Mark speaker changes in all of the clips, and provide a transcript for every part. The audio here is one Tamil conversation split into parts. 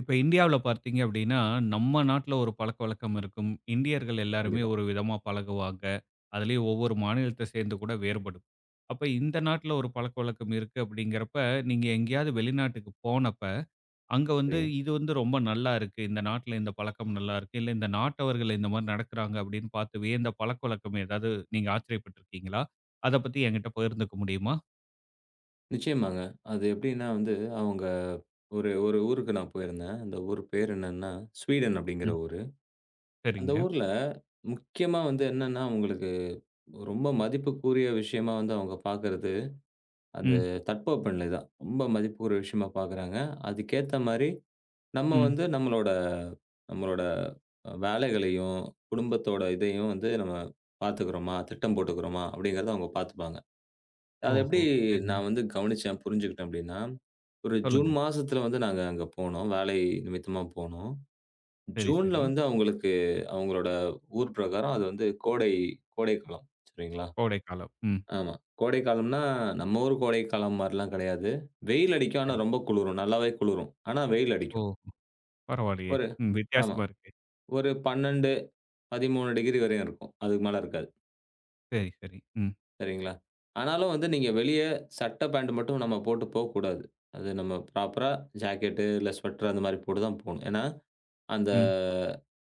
Speaker 1: இப்ப இந்தியாவுல பார்த்தீங்க அப்படின்னா, நம்ம நாட்ல ஒரு பழக்கவழக்கம் இருக்கும். இந்தியர்கள் எல்லாருமே
Speaker 2: கண்டிப்பா.
Speaker 1: ஒரு விதமா பழகுவாங்க. அதிலேயும் ஒவ்வொரு மாநிலத்த சேர்ந்து கூட வேறுபடும். அப்ப இந்த நாட்ல ஒரு பழக்கவழக்கம் இருக்கு அப்படிங்கிறப்ப, நீங்க எங்கேயாவது வெளிநாட்டுக்கு போனப்ப, அங்க வந்து
Speaker 2: சரிங்க.
Speaker 1: இது வந்து ரொம்ப நல்லா இருக்கு. இந்த நாட்ல இந்த பழக்கம் நல்லா இருக்கு. இல்ல இந்த நாட்டவர்கள் இந்த மாரி நடக்கிறாங்க அப்படின்னு பார்த்து வியந்த பழக்கவழக்கம் ஏதாவது நீங்க ஆச்சரியப்பட்டுருக்கீங்களா? அத பத்தி என்கிட்ட பகிர்ந்துக்க முடியுமா?
Speaker 2: நிச்சயமாங்க. அது எப்படின்னா வந்து, அவங்க ஒரு ஒரு ஊருக்கு நான் போயிருந்தேன். அந்த ஊர் பேர் என்னன்னா, ஸ்வீடன் அப்படிங்கிற
Speaker 1: ம்.
Speaker 2: ஊரு. அந்த
Speaker 1: சரிங்க.
Speaker 2: ஊர்ல முக்கியமா வந்து என்னன்னா, அவங்களுக்கு ரொம்ப மதிப்புக்குரிய விஷயமா வந்து அவங்க பார்க்கறது, அந்த
Speaker 1: ம்.
Speaker 2: தட்பவெப்பநிலை தான். ரொம்ப மதிப்புக்குரிய விஷயமா பார்க்குறாங்க. அதுக்கேத்த மாரி நம்ம
Speaker 1: ம்.
Speaker 2: வந்து நம்மளோட நம்மளோட வேலைகளையும், குடும்பத்தோட இதையும் வந்து நம்ம பார்த்துக்கிறோமா, திட்டம் போட்டுக்கிறோமா அப்படிங்கிறத அவங்க பார்த்துப்பாங்க. அது
Speaker 1: ஓஹோ!
Speaker 2: எப்படி
Speaker 1: சரிங்க.
Speaker 2: நான் வந்து கவனிச்சேன், புரிஞ்சுக்கிட்டேன் அப்படின்னா, ஒரு ஜூன்
Speaker 1: சொல்லுங்க.
Speaker 2: மாசத்துல வந்து நாங்க அங்க போனோம். வேலை நிமித்தமா போனோம்.
Speaker 1: சரி,
Speaker 2: ஜூன்ல
Speaker 1: சரி.
Speaker 2: வந்து அவங்களுக்கு அவங்களோட ஊர் பிரகாரம் அது வந்து கோடைக்காலம் சரிங்களா?
Speaker 1: கோடைக்காலம். ம்.
Speaker 2: ஆமா. கோடைக்காலம்னா, நம்ம ஊர் கோடைக்காலம் மாரிலாம் கிடையாது. வெயில் அடிக்கும். ஆனா
Speaker 1: சரி.
Speaker 2: ரொம்ப குளிரும். நல்லாவே குளிரும். ஆனா வெயில்
Speaker 1: ஓ!
Speaker 2: அடிக்கும்.
Speaker 1: பரவாயில்லையே!
Speaker 2: ஒரு
Speaker 1: ம்.
Speaker 2: ஆமா.
Speaker 1: வித்தியாசமா இருக்கு.
Speaker 2: ஒரு 12, 13 டிகிரி வரையும் இருக்கும். அதுக்கு மேல இருக்காது.
Speaker 1: சரி, சரி. ம்,
Speaker 2: சரிங்களா? ஆனாலும் வந்து நீங்க வெளிய சட்ட பேண்ட் மட்டும் நம்ம போட்டு போக்கூடாது. அது நம்ம ப்ராப்பரா ஜாக்கெட்டு இல்ல ஸ்வெட்டர் அந்த மாரி போட்டு தான் போணும். ஏன்னா, அந்த
Speaker 1: ம்.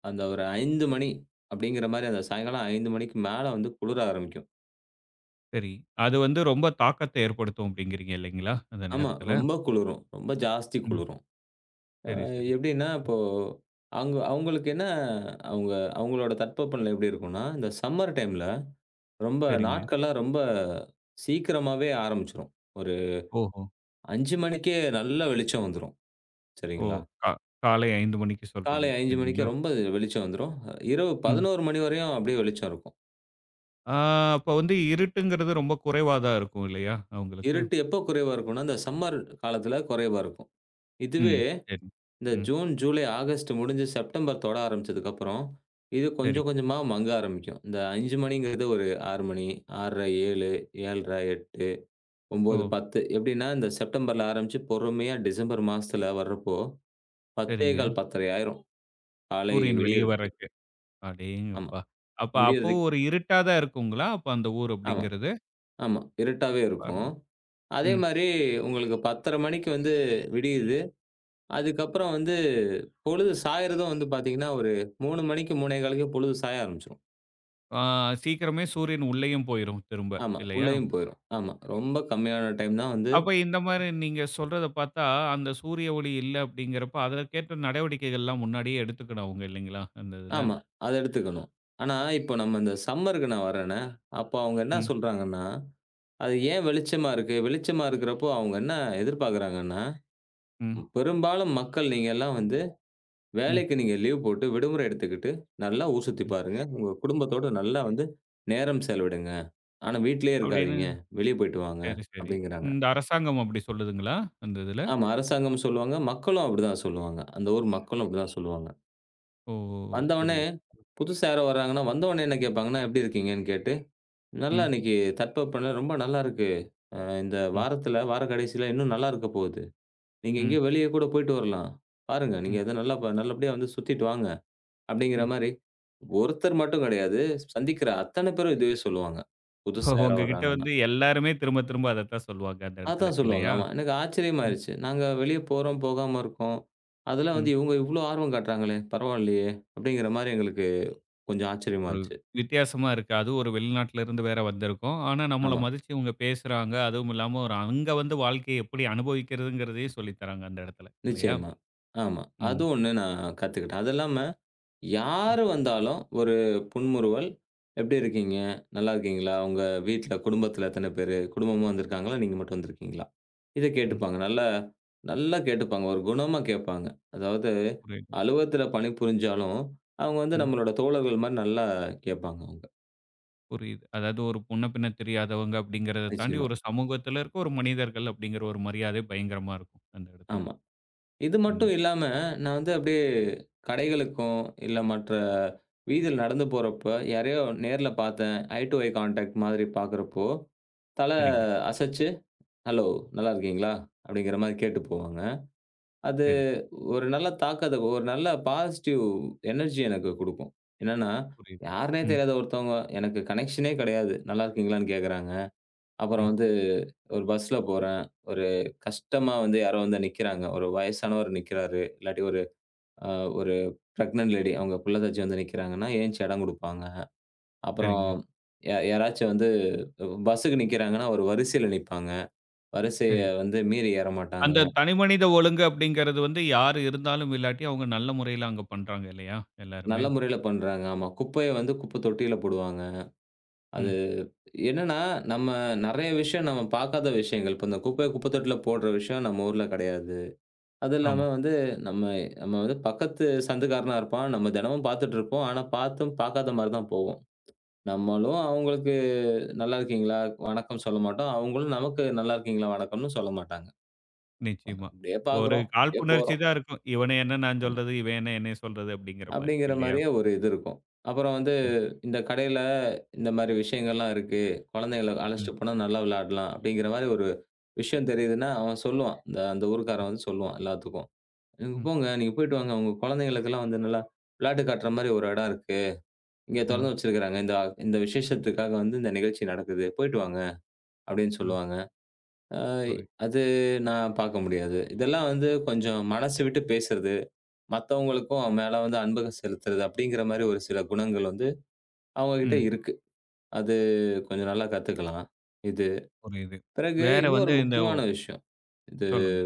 Speaker 2: அந்த ஒரு 5 மணி அப்படிங்கிற மாரி அந்த சாயங்காலம் 5 மணிக்கு மேல வந்து குளிர ஆரம்பிக்கும்.
Speaker 1: சரி. அது வந்து ரொம்ப தாக்கத்த ஏற்படுத்தும் அப்படிங்கிறீங்க இல்லைங்களா? அந்த
Speaker 2: ஆமா.
Speaker 1: நேரத்துல.
Speaker 2: ரொம்ப குளிரும். ரொம்ப ஜாஸ்தி
Speaker 1: ம்.
Speaker 2: குளிரும். அ
Speaker 1: சரி, சரி, சரி.
Speaker 2: எப்படின்னா, இப்போ அவுங்க அவுங்களுக்கு என்ன அவுங்க அவுங்களோட தட்பவெப்பநிலை எப்படி இருக்கும்னா, இந்த சம்மர் டைம்ல ரொம்ப
Speaker 1: சரிங்க.
Speaker 2: நாட்கள்லாம் ரொம்ப சீக்கிரமாவே ஆரம்பிச்சுரும். ஒரு
Speaker 1: ஓஹோ!
Speaker 2: 5 மணிக்கே நல்ல வெளிச்சம் வந்துரும்.
Speaker 1: ஓ!
Speaker 2: சரிங்களா?
Speaker 1: கா காலை 5 மணிக்கு
Speaker 2: காலை
Speaker 1: சொல்றீங்க
Speaker 2: 5 மணிக்கு
Speaker 1: இல்லைங்களா?
Speaker 2: ரொம்ப வெளிச்சம் வந்துரும். இரவு
Speaker 1: ம்.
Speaker 2: 11 மணி வரையும் அப்படியே வெளிச்சம் இருக்கும்.
Speaker 1: ஆ அப்ப வந்து இருட்டுங்கிறது ரொம்ப குறைவா தான் இருக்கும் இல்லையா அவங்களுக்கு?
Speaker 2: இருட்டு எப்போ குறைவா இருக்கும்னா, இந்த சம்மர் காலத்தில குறைவா இருக்கும்.
Speaker 1: ம்.
Speaker 2: இதுவே
Speaker 1: சரி.
Speaker 2: இந்த
Speaker 1: ம்.
Speaker 2: ஜூன், ஜூலை, ஆகஸ்ட் முடிஞ்சு செப்டம்பர் தொட ஆரம்பிச்சதுக்கப்புறம், இது
Speaker 1: சரி.
Speaker 2: கொஞ்சம் கொஞ்சமா மங்க ஆரம்பிக்கும். இந்த 5 மணிங்கிறது ஒரு 6 மணி, 6:30, 7, 7:30, 8, 9,
Speaker 1: ஓ!
Speaker 2: 10 எப்படின்னா, இந்த செப்டம்பர்ல ஆரம்பிச்சு பொறுமையா டிசம்பர் மாசத்தில வர்றப்போ
Speaker 1: சரிங்க.
Speaker 2: 10:15 10:30 ஆயிரும். காலை
Speaker 1: சூரியன் வெளிய
Speaker 2: விடியறதுக்கு.
Speaker 1: வர்றக்கு.
Speaker 2: ஆமா.
Speaker 1: அடேங்கப்பா! அப்ப அப்பவும்
Speaker 2: விடியறதுக்கு
Speaker 1: ஒரு இருட்டா தான் இருக்குங்களா? அப்ப அந்த ஊர்
Speaker 2: ஆமா,
Speaker 1: அப்படிங்கிறது?
Speaker 2: ஆமா. இருட்டாவே இருக்கும்.
Speaker 1: பரவால்ல.
Speaker 2: அதே
Speaker 1: ம்.
Speaker 2: மாரி உங்களுக்கு 10:30 மணிக்கு வந்து விடியுது. அதுக்கப்புறம் வந்து பொழுது சாயறதும் வந்து பார்த்தீங்கன்னா, ஒரு 3 மணிக்கு 3:15க்கு பொழுது சாய ஆரம்பிச்சுரும்.
Speaker 1: ஆ சீக்கிரமே சூரியன் உள்ளேயும் போயிரும் திரும்ப
Speaker 2: ஆமா.
Speaker 1: இல்லையா?
Speaker 2: உள்ளயும் போயிரும். ஆமா. ரொம்ப கம்மியான டைம் தான் வந்து
Speaker 1: அப்ப இந்த மாரி நீங்க சொல்றத பார்த்தா, அந்த சூரிய ஒளி இல்ல அப்படிங்கிறப்ப, அதற்கேற்ற நடவடிக்கைகள்லாம் முன்னாடியே எடுத்துக்கணும் அவங்க இல்லைங்களா? அந்த இதுல.
Speaker 2: ஆமா. அத எடுத்துக்கணும். ஆனா, இப்போ நம்ம இந்த சம்மருக்கு நான் வரேனே, அப்போ அவங்க என்ன
Speaker 1: ம்,
Speaker 2: சொல்றாங்கன்னா, அது ஏன் வெளிச்சமா இருக்கு? வெளிச்சமா இருக்கிறப்போ அவங்க என்ன எதிர்பார்க்குறாங்கன்னா,
Speaker 1: ம்,
Speaker 2: பெரும்பாலும் மக்கள் நீங்க எல்லாம் வந்து
Speaker 1: ம்.
Speaker 2: வேலைக்கு நீங்க லீவ் போட்டு விடுமுறை எடுத்துக்கிட்டு, நல்லா ஊர் சுத்தி பாருங்க. உங்க குடும்பத்தோட நல்லா வந்து நேரம் செலவிடுங்க. ஆனா வீட்லயே
Speaker 1: அப்படின்னு
Speaker 2: இருக்காதீங்க. வெளிய போயிட்டு வாங்க
Speaker 1: சரி, சரி.
Speaker 2: அப்டிங்கிறாங்க.
Speaker 1: இந்த அரசாங்கம் அப்படி சொல்லுதுங்களா? அந்த இதுல?
Speaker 2: ஆமா, அரசாங்கமும் சொல்லுவாங்க. மக்களும் அப்டிதான் சொல்லுவாங்க. அந்த ஊர் மக்களும் அப்டிதான் சொல்லுவாங்க.
Speaker 1: ஓ!
Speaker 2: வந்தவொன்னே
Speaker 1: புரியுது.
Speaker 2: புதுசா யாரோ வராங்கன்னா, வந்தவொன்னே என்ன கேட்பாங்கன்னா, "எப்டி இருக்கீங்கன்னு?" கேட்டு, "நல்லா
Speaker 1: ம்,
Speaker 2: இன்னைக்கு தட்பவெப்பநிலை ரொம்ப நல்லா இருக்கு. அ இந்த
Speaker 1: ம்,
Speaker 2: வாரத்துல வார கடைசில இன்னும் நல்லா இருக்க போகுது. நீங்க
Speaker 1: ம்,
Speaker 2: எங்கேயோ வெளிய கூட போயிட்டு வரலாம். பாருங்க. நீங்க
Speaker 1: ம்,
Speaker 2: எத நல்லா ப நல்லபடியா வந்து சுத்திட்டு வாங்க." அப்படிங்கிற
Speaker 1: ம்.
Speaker 2: மாரி, ஒருத்தர் மட்டும் கிடையாது. சந்திக்கிற அத்தன பேரும் இதுவே சொல்லுவாங்க. புதுசா யாரோ
Speaker 1: உங்ககிட்ட
Speaker 2: வர்றாங்கன்னா.
Speaker 1: வந்து எல்லாருமே திரும்ப திரும்ப அதத்தான் சொல்லுவாங்க அந்த இடத்துல
Speaker 2: அதான் சொல்லுவாங்க.
Speaker 1: இல்லையா?
Speaker 2: ஆமா. எனக்கு
Speaker 1: ம்,
Speaker 2: ஆச்சரியமாயிருச்சு. நாங்க வெளிய போறோம், போகாம இருக்கோம். அதுல
Speaker 1: ம்.
Speaker 2: வந்து இவங்க இவ்ளோ ஆர்வம் காட்டுறாங்களே! பரவாயில்லையே! அப்படிங்கிற மாரி எங்களுக்கு கொஞ்சம்
Speaker 1: ஒரு
Speaker 2: ஆச்சரியமாச்சு.
Speaker 1: வித்தியாசமா இருக்கு. அதுவும் ஒரு வெளிநாட்டிலருந்து வேற வந்திருக்கோம். ஆனா நம்மள
Speaker 2: ஆமா.
Speaker 1: மதிச்சு இவங்க பேசுறாங்க. அதுவும் இல்லாம ஒரு அங்க வந்து வாழ்க்கைய எப்படி அனுபவிக்கிறதுங்கிறதையும் சொல்லி தராங்க அந்த இடத்துல. இல்லையா?
Speaker 2: நிச்சயமா. ஆமா. அது
Speaker 1: ம்.
Speaker 2: ஒண்ணு நான் கத்துக்கிட்டேன். அது இல்லாம
Speaker 1: ம்.
Speaker 2: யாரு வந்தாலும் ஒரு புன்முறுவல். "எப்படி இருக்கீங்க? நல்லா இருக்கீங்களா? உங்க வீட்ல குடும்பத்தில எத்தன பேரு? குடும்பமா வந்திருக்காங்களா? நீங்க மட்டும் வந்திருக்கீங்களா?" இத
Speaker 1: ம்.
Speaker 2: கேட்டுப்பாங்க. நல்லா நல்லா கேட்டுப்பாங்க. ஒரு குணமா கேட்பாங்க. அதாவது
Speaker 1: புரியுது.
Speaker 2: அலுவலகத்தில பணிபுரிஞ்சாலும், அவங்க வந்து
Speaker 1: ம்.
Speaker 2: நம்மளோட தோழர்கள் மாரி நல்லா கேட்பாங்க அவங்க.
Speaker 1: புரியுது. அதாவது ஒரு முன்ன பின்ன தெரியாதவங்க அப்படிங்கிறத தாண்டி
Speaker 2: நிச்சயமா.
Speaker 1: ஒரு சமூகத்துல இருக்க ஒரு மனிதர்கள் அப்படிங்கிற ஒரு மரியாதை பயங்கரமா இருக்கும் அந்த இடத்துல.
Speaker 2: ஆமா. இது
Speaker 1: ம்.
Speaker 2: மட்டும் இல்லாம, நான் வந்து அப்படியே கடைகளுக்கும், இல்ல மற்ற வீதியில நடந்து போறப்ப, யாரையோ நேர்ல பார்த்தேன். ஐ டூ ஐ கான்டாக்ட் மாதிரி பார்க்குறப்போ, தல
Speaker 1: சரிங்க.
Speaker 2: அசைச்சு ஹலோ! நல்லா இருக்கீங்களா? அப்படிங்கிற மாரி கேட்டு போவாங்க. அது
Speaker 1: சரி, சரி.
Speaker 2: ஒரு நல்ல தாக்கத்த ஒரு நல்ல பாசிட்டிவ் எனர்ஜி எனக்கு குடுக்கும். என்னன்னா,
Speaker 1: புரியுது.
Speaker 2: யாருன்னே
Speaker 1: ம்.
Speaker 2: தெரியாத ஒருத்தவங்க எனக்கு கனெக்ஷனே கிடையாது. நல்லா இருக்கீங்களான்னு கேட்கறாங்க. அப்புறம்
Speaker 1: ம்.
Speaker 2: வந்து ஒரு பஸ்ல போறேன். ஒரு கஷ்டமா வந்து யாரோ வந்து நிக்கிறாங்க. ஒரு வயசானவர் நிக்கிறாரு. இல்லாட்டி ஒரு அ ஒரு பிரெக்னன்ட் லேடி அவங்க புள்ள தச்சு வந்து நிக்கிறாங்கன்னா, ஏந்திச்சு இடம் குடுப்பாங்க. அப்புறம்
Speaker 1: சரிங்க.
Speaker 2: யாராச்சும் வந்து பஸ்ஸுக்கு நிக்கிறாங்கன்னா, ஒரு வரிசையில நிப்பாங்க. வரிசைய
Speaker 1: சரி.
Speaker 2: வந்து மீறி ஏற மாட்டாங்க.
Speaker 1: அந்த தனிமனித ஒழுங்கு அப்படிங்கிறது வந்து யார் இருந்தாலும் இல்லாட்டி அவங்க நல்ல முறையில அங்க பண்றாங்க இல்லையா? எல்லாருமே.
Speaker 2: நல்ல முறையில பண்றாங்க. ஆமா. குப்பைய வந்து குப்ப தொட்டியில போடுவாங்க. அது
Speaker 1: ம்.
Speaker 2: என்னன்னா, நம்ம நெறைய விஷயம் நம்ம பாக்காத விஷயங்கள். இப்ப இந்த குப்பைய குப்ப தொட்டியில போடுற விஷயம் நம்ம ஊர்ல கெடையாது. அது
Speaker 1: ஆமா.
Speaker 2: இல்லாம வந்து நம்ம நம்ம வந்து பக்கத்து சந்துக்காரனா இருப்பான். நம்ம தெனமும் பாத்துட்டு இருப்போம். ஆனா, பாத்தும் பாக்காத மாரி தான் போவோம். நம்மளும் அவங்களுக்கு நல்லா இருக்கீங்களா? வணக்கம் சொல்ல மாட்டோம். அவங்களும் நமக்கு நல்லா இருக்கீங்களா? வணக்கம்னு சொல்ல மாட்டாங்க.
Speaker 1: நிச்சயமா.
Speaker 2: அப்படியே
Speaker 1: ஒரு
Speaker 2: பாக்குறோம். அப்படியே
Speaker 1: காழ்ப்புணர்ச்சி
Speaker 2: போறோம்.
Speaker 1: தான் இருக்கும். இவன என்ன நான் சொல்றது, இவன் என்ன என்னைய சொல்றது அப்படிங்கிற மாரி
Speaker 2: அப்படிங்கிற
Speaker 1: இல்லையா?
Speaker 2: மாரியே ஒரு இது இருக்கும். அப்புறம் வந்து
Speaker 1: ம்,
Speaker 2: இந்த கடையில இந்த மாரி விஷயங்கள்லாம் இருக்கு. குழந்தைகள
Speaker 1: ம்,
Speaker 2: அழைச்சிட்டு போனா நல்லா விளையாடலாம் அப்படிங்கிற மாரி ஒரு விஷயம் தெரியுதுன்னா, அவன் சொல்லுவான். அந்த ஊர்க்காரன் வந்து சொல்லுவான் எல்லாத்துக்கும். "நீங்க
Speaker 1: ம்,
Speaker 2: போங்க. நீங்க போயிட்டு வாங்க. உங்க குழந்தைகளுக்கெல்லாம் வந்து நல்லா விளையாட்டு காட்டுற மாரி ஒரு இடம் இருக்கு. இங்க
Speaker 1: ம்,
Speaker 2: தொறந்து வச்சிருக்காங்க. இந்த இந்த விசேஷத்துக்காக வந்து இந்த நிகழ்ச்சி நடக்குது. போயிட்டு வாங்க" அப்படின்னு
Speaker 1: ம்.
Speaker 2: சொல்லுவாங்க. அ
Speaker 1: புரியுது.
Speaker 2: அது நான் பார்க்க முடியாது. இதெல்லாம் வந்து கொஞ்சம் மனசு விட்டு பேசுறது. மத்தவங்களுக்கும் அவன் மேல வந்து அன்பு செலுத்துறது அப்படிங்கிற மாரி ஒரு சில குணங்கள் வந்து அவங்க கிட்ட
Speaker 1: ம்.
Speaker 2: இருக்கு. அது கொஞ்சம் நல்லா கத்துக்கலாம். இது
Speaker 1: புரியுது.
Speaker 2: பிறகு
Speaker 1: வேற வந்து
Speaker 2: இன்னொரு
Speaker 1: இந்த
Speaker 2: முக்கியமான விஷயம். இது
Speaker 1: சொல்லுங்க.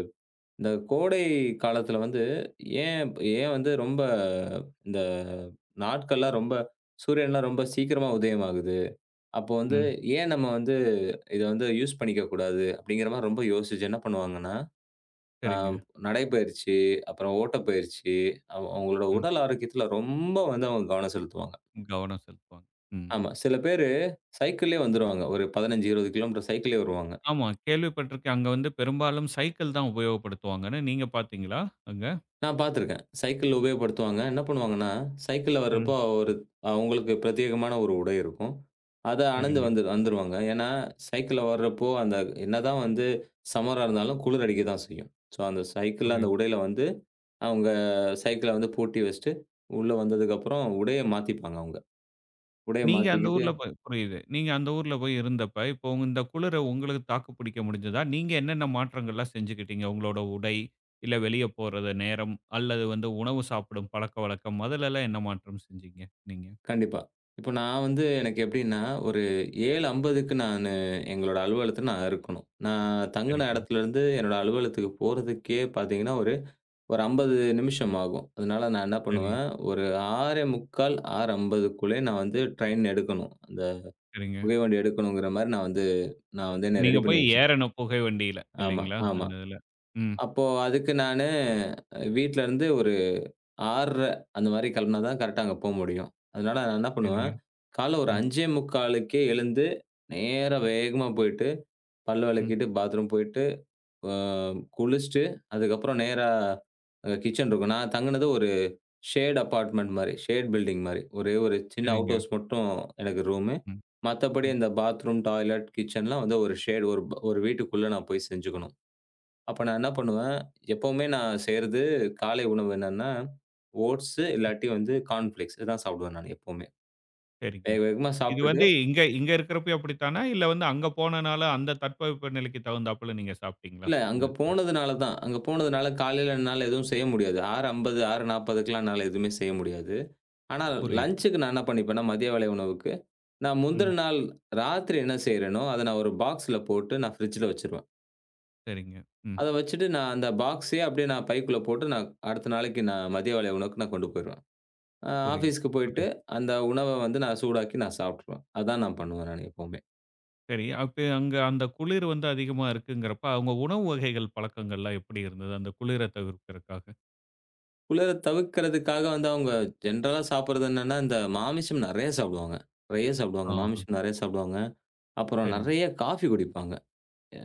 Speaker 2: இந்த கோடை காலத்துல வந்து ஏன் ஏன் வந்து ரொம்ப இந்த நாட்கள்லாம் ரொம்ப சூரியன்லாம் ரொம்ப சீக்கிரமா உதயமாகுது. அப்போ வந்து
Speaker 1: ம்.
Speaker 2: ஏன் நம்ம வந்து இத வந்து யூஸ் பண்ணிக்க கூடாது அப்படிங்கிற மாரி ரொம்ப யோசிச்சு என்ன பண்ணுவாங்கன்னா, அ
Speaker 1: சரிங்க.
Speaker 2: நடைப்பயிற்சி, அப்புறம் ஓட்டப்பயிற்சி அவங்களோட
Speaker 1: ம்.
Speaker 2: உடல் ஆரோக்கியத்துல ரொம்ப வந்து அவங்க கவனம் செலுத்துவாங்க.
Speaker 1: கவனம் செலுத்துவாங்க. ம்.
Speaker 2: ஆமா. சில பேரு சைக்கிள்லயே வந்துருவாங்க. ஒரு 15, 20 கிலோமீட்டர் சைக்கிள்லயே வருவாங்க.
Speaker 1: ஆமா கேள்விப்பட்டிருக்கேன். அங்க வந்து பெரும்பாலும் சைக்கிள் தான் உபயோகப்படுத்துவாங்கன்னு. நீங்க பார்த்தீங்களா அங்க?
Speaker 2: நான் பார்த்துருக்கேன். சைக்கிள் உபயோகப்படுத்துவாங்க. என்ன பண்ணுவாங்கன்னா, சைக்கிள்ல
Speaker 1: ம்.
Speaker 2: வர்றப்போ ஒரு அவங்களுக்கு பிரத்யேகமான ஒரு உடை இருக்கும். அத அணிந்து
Speaker 1: சரிங்க.
Speaker 2: வந்து வந்துருவாங்க. ஏன்னா, சைக்கிள்ல வர்றப்போ அந்த என்னதான் வந்து சம்மரா இருந்தாலும் குளிர் அடிக்க தான் செய்யும். ஸோ, அந்த சைக்கிள்ல அந்த
Speaker 1: புரியுது.
Speaker 2: உடையில வந்து அவங்க சைக்கிள வந்து பூட்டி வச்சுட்டு, உள்ள வந்ததுக்கப்புறம் உடைய மாத்திப்பாங்க அவங்க. உடைய
Speaker 1: நீங்க அந்த
Speaker 2: மாத்திக்கிட்டு
Speaker 1: ஊர்ல போய் புரியுது. நீங்க அந்த ஊர்ல போய் இருந்தப்ப, இப்போ உங்க- இந்த குளிர உங்களுக்கு தாக்கு பிடிக்க முடிஞ்சதா? நீங்க என்னென்ன மாற்றங்கள்லாம் செஞ்சுக்கிட்டீங்க? உங்களோட உடை, இல்ல வெளிய போறது நேரம், அல்லது வந்து உணவு சாப்பிடும் பழக்கவழக்கம், அதுலலாம் என்ன மாற்றம் செஞ்சீங்க நீங்க?
Speaker 2: கண்டிப்பா. இப்ப நான் வந்து எனக்கு எப்படின்னா, ஒரு 7:50க்கு நானு எங்களோட அலுவலகத்துல நான் இருக்கணும். நான் தங்குன
Speaker 1: சரிங்க,
Speaker 2: இடத்துலருந்து என்னோட அலுவலகத்துக்கு போறதுக்கே பார்த்தீங்கன்னா, ஒரு ஒரு 50 நிமிஷம் ஆகும். அதனால நான் என்ன
Speaker 1: சரி,
Speaker 2: பண்ணுவேன், ஒரு 6:45, 6:50க்குள்ளே நான் வந்து ட்ரெயின் எடுக்கணும். அந்த
Speaker 1: சரிங்க.
Speaker 2: புகை வண்டி எடுக்கணுங்கிற மாரி நான் வந்து நான் வந்து என்ன
Speaker 1: நீங்க
Speaker 2: ரெடி
Speaker 1: போய்
Speaker 2: பண்ணி வச்சுப்பேன்.
Speaker 1: ஏறணும் புகை வண்டியில
Speaker 2: ஆமா,
Speaker 1: இல்லைங்களா?
Speaker 2: ஆமா.
Speaker 1: அந்த இதுல. ம்.
Speaker 2: அப்போ அதுக்கு நானு வீட்லருந்து ஒரு 6:30 அந்த மாரி கெளம்புனா தான் கரெக்ட்டா அங்க போ முடியும். அதனால நான் என்ன
Speaker 1: சரிங்க.
Speaker 2: பண்ணுவேன், காலைல ஒரு
Speaker 1: ம்,
Speaker 2: 5:45க்கே எழுந்து, நேரா வேகமா போயிட்டு, பல்
Speaker 1: ம்.
Speaker 2: வெளக்கிட்டு, பாத்ரூம் போயிட்டு, அ குளிச்சுட்டு, அதுக்கப்புறம் நேரா கிச்சன் இருக்கும். நான் தங்குனது ஒரு ஷேட் அபார்ட்மெண்ட் மாரி, ஷேட் பில்டிங் மாரி. ஒரே ஒரு சின்ன அவுட்
Speaker 1: சரிங்க.
Speaker 2: ஹவுஸ் மட்டும் எனக்கு ரூமு.
Speaker 1: ம்,
Speaker 2: மத்தபடி
Speaker 1: ம்.
Speaker 2: இந்த பாத்ரூம், டாய்லெட், கிச்சன்லாம் வந்து ஒரு ஷேட் ஒரு ஒரு வீட்டுக்குள்ள நான் போய் செஞ்சுக்கணும். அப்ப நான் என்ன பண்ணுவேன், எப்பவுமே நான் செய்றது காலை உணவு என்னன்னா, ஓட்ஸு இல்லாட்டி வந்து கார்ன்ஃப்ளேக்ஸ் இதுதான் சாப்பிடுவேன் நானு எப்பவுமே.
Speaker 1: சரிங்க.
Speaker 2: வேக வேகமா
Speaker 1: இது
Speaker 2: சாப்பிட்டுட்டு
Speaker 1: வந்து இங்க இங்க இருக்கிறப்பயும் அப்படித்தானா? இல்ல வந்து அங்க போனனால அந்த தட்பவெப்ப நிலைக்கு தகுந்தாப்புல நீங்க சாப்பிட்டீங்களா?
Speaker 2: இல்ல
Speaker 1: அந்த
Speaker 2: அங்க
Speaker 1: இதுல.
Speaker 2: போனதுனால தான். அங்க போனதுனால காலையில என்னால எதுவும் செய்ய முடியாது. 6:50, 6:40க்குலாம் என்னால எதுவுமே செய்ய முடியாது. ஆனா
Speaker 1: புரியுது.
Speaker 2: லஞ்சுக்கு நான் என்ன பண்ணிப்பேன்னா, மதிய வேளை உணவுக்கு, நான் முந்தின
Speaker 1: ம்.
Speaker 2: நாள் ராத்திரி என்ன செய்றேனோ, அத நான் ஒரு பாக்ஸ்ல போட்டு நான் ஃப்ரிட்ஜ்ல வச்சுருவேன்.
Speaker 1: சரிங்க. ம்.
Speaker 2: அத வச்சுட்டு நான் அந்த பாக்ஸயே அப்படியே நான் பைக்குள்ள போட்டு நான் அடுத்த நாளைக்கு நான் மதிய வேளை உணவுக்கு நான் கொண்டு போயிருவேன்.
Speaker 1: புரியுது,
Speaker 2: ஆஃபீஸ்க்கு போயிட்டு,
Speaker 1: புரியுது.
Speaker 2: அந்த உணவ வந்து நான் சூடாக்கி நான் சாப்ட்டுருவேன். அதான் நான் பண்ணுவேன் நானு எப்பவுமே.
Speaker 1: சரி, அப்ப அங்க அந்த குளிர் வந்து அதிகமா இருக்குங்கிறப்ப, அவங்க உணவு வகைகள் பழக்கங்கள்லாம் எப்படி இருந்தது? அந்த குளிர தவிர்க்கிறக்காக.
Speaker 2: குளிர தவிர்க்கிறதுக்காக வந்து அவங்க ஜென்ரலா சாப்பிடுறது என்னன்னா, இந்த மாமிசம் நெறைய சாப்பிடுவாங்க. நெறைய சாப்பிடுவாங்க.
Speaker 1: ஆஹா,
Speaker 2: மாமிசம் நெறைய சாப்பிடுவாங்க. அப்புறம்
Speaker 1: சரிங்க.
Speaker 2: நெறைய காஃபி குடிப்பாங்க.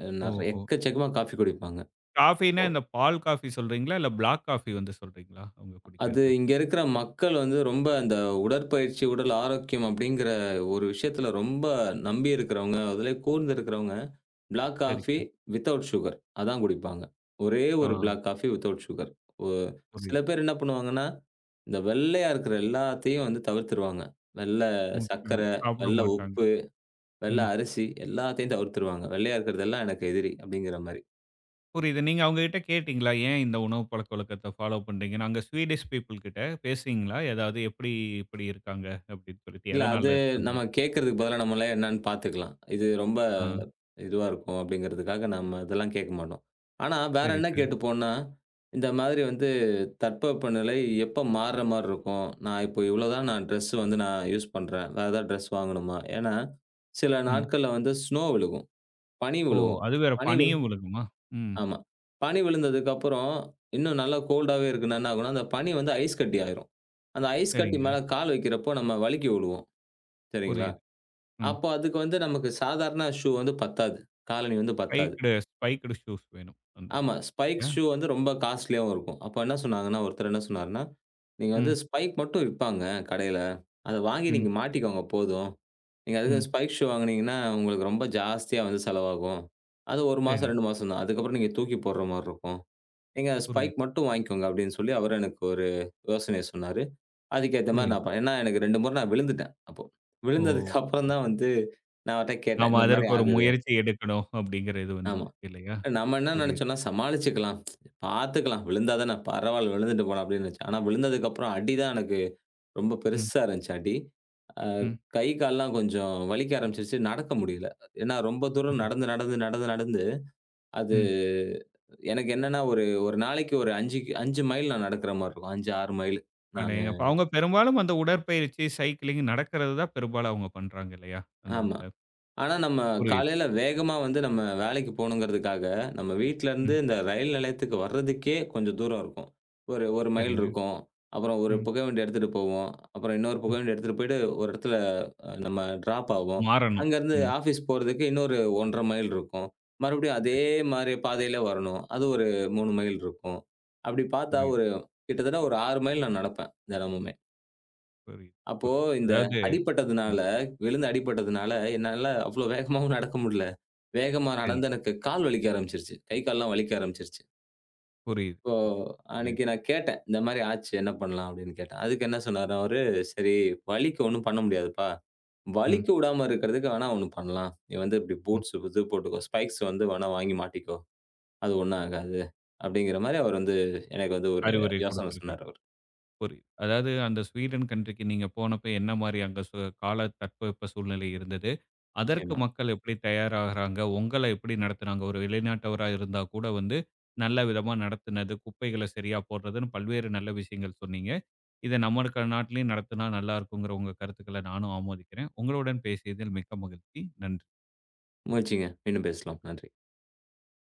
Speaker 2: அ நெறை
Speaker 1: ஓஹோ!
Speaker 2: எக்கச்சக்கமா காஃபி குடிப்பாங்க.
Speaker 1: காஃபின்னா
Speaker 2: ஓ.
Speaker 1: இந்த பால் காஃபி சொல்றீங்களா? இல்ல பிளாக் காஃபி வந்து சொல்றீங்களா? அவங்க
Speaker 2: அது
Speaker 1: குடிக்கிறது.
Speaker 2: இங்க இருக்கிற மக்கள் வந்து ரொம்ப அந்த உடற்பயிற்சி, உடல் ஆரோக்கியம் அப்படிங்கிற ஒரு விஷயத்துல ரொம்ப நம்பி இருக்கிறவங்க, அதிலே கூர்ந்து இருக்கிறவங்க பிளாக் காஃபி
Speaker 1: சரிங்க.
Speaker 2: Without sugar. அதான் குடிப்பாங்க. ஒரே
Speaker 1: ஆ
Speaker 2: ஒரு பிளாக் காஃபி வித்தவுட் சுகர். ஒ சில
Speaker 1: புரியுது.
Speaker 2: பேர் என்ன பண்ணுவாங்கன்னா, இந்த வெள்ளையா இருக்கிற எல்லாத்தையும் வந்து தவிர்த்துருவாங்க. வெள்ள
Speaker 1: முற்றிலும்
Speaker 2: சர்க்கரை,
Speaker 1: சாப்பிட
Speaker 2: வெள்ள
Speaker 1: மாட்டாங்க.
Speaker 2: உப்பு, வெள்ள
Speaker 1: ம்.
Speaker 2: அரிசி எல்லாத்தையும் தவிர்த்துருவாங்க. வெள்ளையா இருக்கிறதெல்லாம் எனக்கு எதிரி அப்படிங்கிற மாரி.
Speaker 1: புரியுது. நீங்க அவங்ககிட்ட கேட்டீங்களா? ஏன் இந்த உணவு பழக்கவழக்கத்த ஃபாலோ பண்றீங்கன்னு? அங்க ஸ்வீடிஷ் பீப்பிள் கிட்ட பேசுனீங்களா? ஏதாவது எப்படி இப்படி இருக்காங்க அப்படின்னு சொல்லிட்டு,
Speaker 2: இல்ல அது
Speaker 1: எதனால இருக்காங்க?
Speaker 2: நம்ம கேட்கறதுக்கு பதிலா நம்மளே என்னன்னு பார்த்துக்கலாம். இது ரொம்ப
Speaker 1: ஆ
Speaker 2: இதுவா இருக்கும் அப்படிங்கிறதுக்காக நம்ம இதெல்லாம் கேட்க மாட்டோம். ஆனா வேற
Speaker 1: சரி,
Speaker 2: என்ன
Speaker 1: சரி.
Speaker 2: கேட்டுப்போம்னா, இந்த மாதிரி வந்து தட்பவெப்பநிலை எப்ப மாறுற மாரி இருக்கும். நான் இப்போ இவ்வளோதான் நான் ட்ரெஸ் வந்து நான் யூஸ் பண்றேன். வேற ஏதாவது ட்ரெஸ் வாங்கணுமா? ஏன்னா, சில
Speaker 1: ம்.
Speaker 2: நாட்கள்ல வந்து ஸ்னோ விழுகும். பனி
Speaker 1: ஓ!
Speaker 2: விழுவும்.
Speaker 1: அது வேற
Speaker 2: பனி விழு
Speaker 1: பனியும் விழுகுமா? ம்.
Speaker 2: ஆமா. பனி விழுந்ததுக்கப்புறம் இன்னும் நல்லா கோல்டாவே இருக்குன்னா என்ன ஆகும்னா, அந்த பனி வந்து ஐஸ் கட்டி ஆயிரும். அந்த ஐஸ் கட்டி
Speaker 1: சரிங்க.
Speaker 2: மேல கால் வைக்கிறப்போ நம்ம வழுக்கி விழுவோம். சரிங்களா?
Speaker 1: புரியுது. ம்.
Speaker 2: அப்போ அதுக்கு வந்து நமக்கு சாதாரண ஷூ வந்து பத்தாது. காலணி வந்து பத்தாது.
Speaker 1: ஸ்பைக்டு ஸ்பைக்டு ஷூஸ் வேணும் அந்த
Speaker 2: ஆமா.
Speaker 1: இடத்துல.
Speaker 2: ஸ்பைக்
Speaker 1: இல்லையா?
Speaker 2: ஷூ வந்து ரொம்ப காஸ்ட்லியாவும் இருக்கும். அப்போ என்ன சொன்னாங்கன்னா, ஒருத்தர் என்ன சொன்னாருன்னா, "நீங்க வந்து
Speaker 1: ம்.
Speaker 2: ஸ்பைக் மட்டும் விப்பாங்க கடையில. அத வாங்கி
Speaker 1: ம்.
Speaker 2: நீங்க மாட்டிக்கோங்க போதும். நீங்க அதுக்கு
Speaker 1: ம்.
Speaker 2: ஸ்பைக் ஷூ வாங்குனீங்கன்னா, உங்களுக்கு ரொம்ப ஜாஸ்தியா வந்து செலவாகும். அது 1 மாசம்,
Speaker 1: சரி.
Speaker 2: 2 மாசம் தான். அதுக்கப்புறம் நீங்க தூக்கி போடுற மாரி இருக்கும். நீங்க ஸ்பைக்
Speaker 1: புரியுது,
Speaker 2: மட்டும் வாங்கிக்கோங்க" அப்படின்னு சொல்லி அவரு எனக்கு ஒரு யோசனைய சொன்னாரு. அதுக்கேத்த மாரி
Speaker 1: புரியுது.
Speaker 2: நான் ப ஏன்னா எனக்கு 2 முறை நான் விழுந்துட்டேன் அப்போ.
Speaker 1: ஓ!
Speaker 2: விழுந்ததுக்கு அப்புறம்
Speaker 1: புரியுது.
Speaker 2: தான் வந்து நான் அவர்ட்ட கேட்டேன்.
Speaker 1: நாம
Speaker 2: இந்த மாரி
Speaker 1: அதற்கு ஒரு
Speaker 2: ஆகுது.
Speaker 1: முயற்சி எடுக்கணும் அப்படிங்கிற இது வந்தது
Speaker 2: ஆமா.
Speaker 1: இல்லையா?
Speaker 2: நம்ம என்ன
Speaker 1: புரியுது.
Speaker 2: நெனச்சோம்னா சமாளிச்சுக்கலாம். பாத்துக்கலாம். விழுந்தா தானே பரவால்ல விழுந்துட்டு போலாம் அப்படின்னு நெனச்சேன். ஆனா விழுந்ததுக்கப்புறம் அடி தான் எனக்கு ரொம்ப
Speaker 1: ம்.
Speaker 2: பெருசா இருந்துச்சு அடி. அ
Speaker 1: ம்.
Speaker 2: கை, கால்லாம் கொஞ்சம் வலிக்க ஆரம்பிச்சுருச்சு. நடக்க முடியல. ஏன்னா ரொம்ப தூரம்
Speaker 1: புரியுது.
Speaker 2: நடந்து, நடந்து, நடந்து, நடந்து அது
Speaker 1: ம்.
Speaker 2: எனக்கு என்னன்னா ஒரு ஒரு நாளைக்கு ஒரு 5 மைல் நான் நடக்கிற மாரி இருக்கும். 5, 6 மைல் நானு.
Speaker 1: அடேங்கப்பா! அவங்க பெரும்பாலும் அந்த உடற்பயிற்சி, சைக்கிளிங் நடக்கிறது தான் பெரும்பாலும் அவங்க பண்றாங்க இல்லையா? அந்த
Speaker 2: ஆமா.
Speaker 1: இதுல.
Speaker 2: ஆனா, நம்ம
Speaker 1: புரியுது.
Speaker 2: காலையில வேகமா வந்து நம்ம வேலைக்கு போணுங்கிறதுக்காக, நம்ம வீட்லருந்து
Speaker 1: ம்.
Speaker 2: இந்த ரயில் நிலையத்துக்கு வர்றதுக்கே கொஞ்சம் தூரம் இருக்கும். ஒரு 1 மைல்
Speaker 1: சரிங்க.
Speaker 2: இருக்கும். அப்புறம் ஒரு
Speaker 1: ம்.
Speaker 2: புகைவண்டி எடுத்துட்டு போவோம். அப்புறம் இன்னொரு
Speaker 1: ம்.
Speaker 2: புகைவண்டி எடுத்துட்டு போயிட்டு ஒரு இடத்துல நம்ம டிராப் ஆவோம்.
Speaker 1: மாறணும்.
Speaker 2: அங்கருந்து
Speaker 1: ம்.
Speaker 2: ஆஃபீஸ் போறதுக்கு இன்னொரு 1 1/2 மைல் இருக்கும். மறுபடியும் அதே
Speaker 1: சரி.
Speaker 2: மாரி பாதையில வரணும். அது ஒரு 3 மைல் இருக்கும். அப்படி பார்த்தா
Speaker 1: புரியுது,
Speaker 2: ஒரு கிட்டத்தட்ட ஒரு 6 மைல் நான் நடப்பேன் தினமுமே.
Speaker 1: புரியுது,
Speaker 2: அப்போ
Speaker 1: புரியுது.
Speaker 2: இந்த
Speaker 1: அதாவது
Speaker 2: அடிபட்டதுனால,
Speaker 1: ம்.
Speaker 2: விழுந்து அடிபட்டதுனால, என்னால அவ்வளோ வேகமாவும் நடக்க முடியல. வேகமா
Speaker 1: சரி.
Speaker 2: நடந்து எனக்கு கால் வலிக்க ஆரம்பிச்சுருச்சு. கை, கால்லாம் வலிக்க ஆரம்பிச்சுருச்சு.
Speaker 1: புரியுது,
Speaker 2: இப்போ
Speaker 1: புரியுது, புரியுது.
Speaker 2: அன்னைக்கு நான் கேட்டேன். இந்த மாரி ஆச்சு என்ன பண்ணலாம்? அப்படின்னு கேட்டேன். அதுக்கு என்ன சொன்னாரு அவரு, "சரி வலிக்க ஒண்ணும் பண்ண முடியாதுப்பா.
Speaker 1: ம்,
Speaker 2: வலிக்க விடாம இருக்கிறதுக்கு வேணா ஒண்ணு பண்ணலாம். நீ வந்து இப்படி
Speaker 1: ம்.
Speaker 2: பூட்ஸ் இது போட்டுக்கோ. ஸ்பைக்ஸ் வந்து வேணா வாங்கி மாட்டிக்கோ. அது ஒண்ணும் ஆகாது." அப்படிங்கிற மாரி அவர் வந்து எனக்கு வந்து ஒரு
Speaker 1: அறிவுரை
Speaker 2: யோசனை
Speaker 1: குடுத்திருக்காரு.
Speaker 2: சொன்னாரு அவரு.
Speaker 1: புரியுது. அதாவது அந்த ஸ்வீடன் கன்ட்ரிக்கு நீங்க போனப்ப என்ன மாரி அங்க சு கால தட்பவெப்ப சூழ்நிலை இருந்தது? அதற்கு
Speaker 2: நிச்சயமா.
Speaker 1: மக்கள் எப்படி தயாராகுறாங்க? உங்கள எப்படி நடத்துனாங்க? ஒரு வெளிநாட்டவரா இருந்தா கூட வந்து நல்ல விதமா நடத்துனது, குப்பைகள சரியா போடுறதுன்னு பல்வேறு நல்ல விஷயங்கள் சொன்னீங்க. இத நம்ம இருக்க நாட்டிலயும் நடத்துனா நல்லா இருக்குங்கிற உங்க கருத்துக்கள நானும் ஆமோதிக்கிறேன். உங்களுடன் பேசியதில் மிக்க மகிழ்ச்சி. நன்றி.
Speaker 2: மகிழ்ச்சிங்க. மீண்டும் பேசலாம். நன்றி.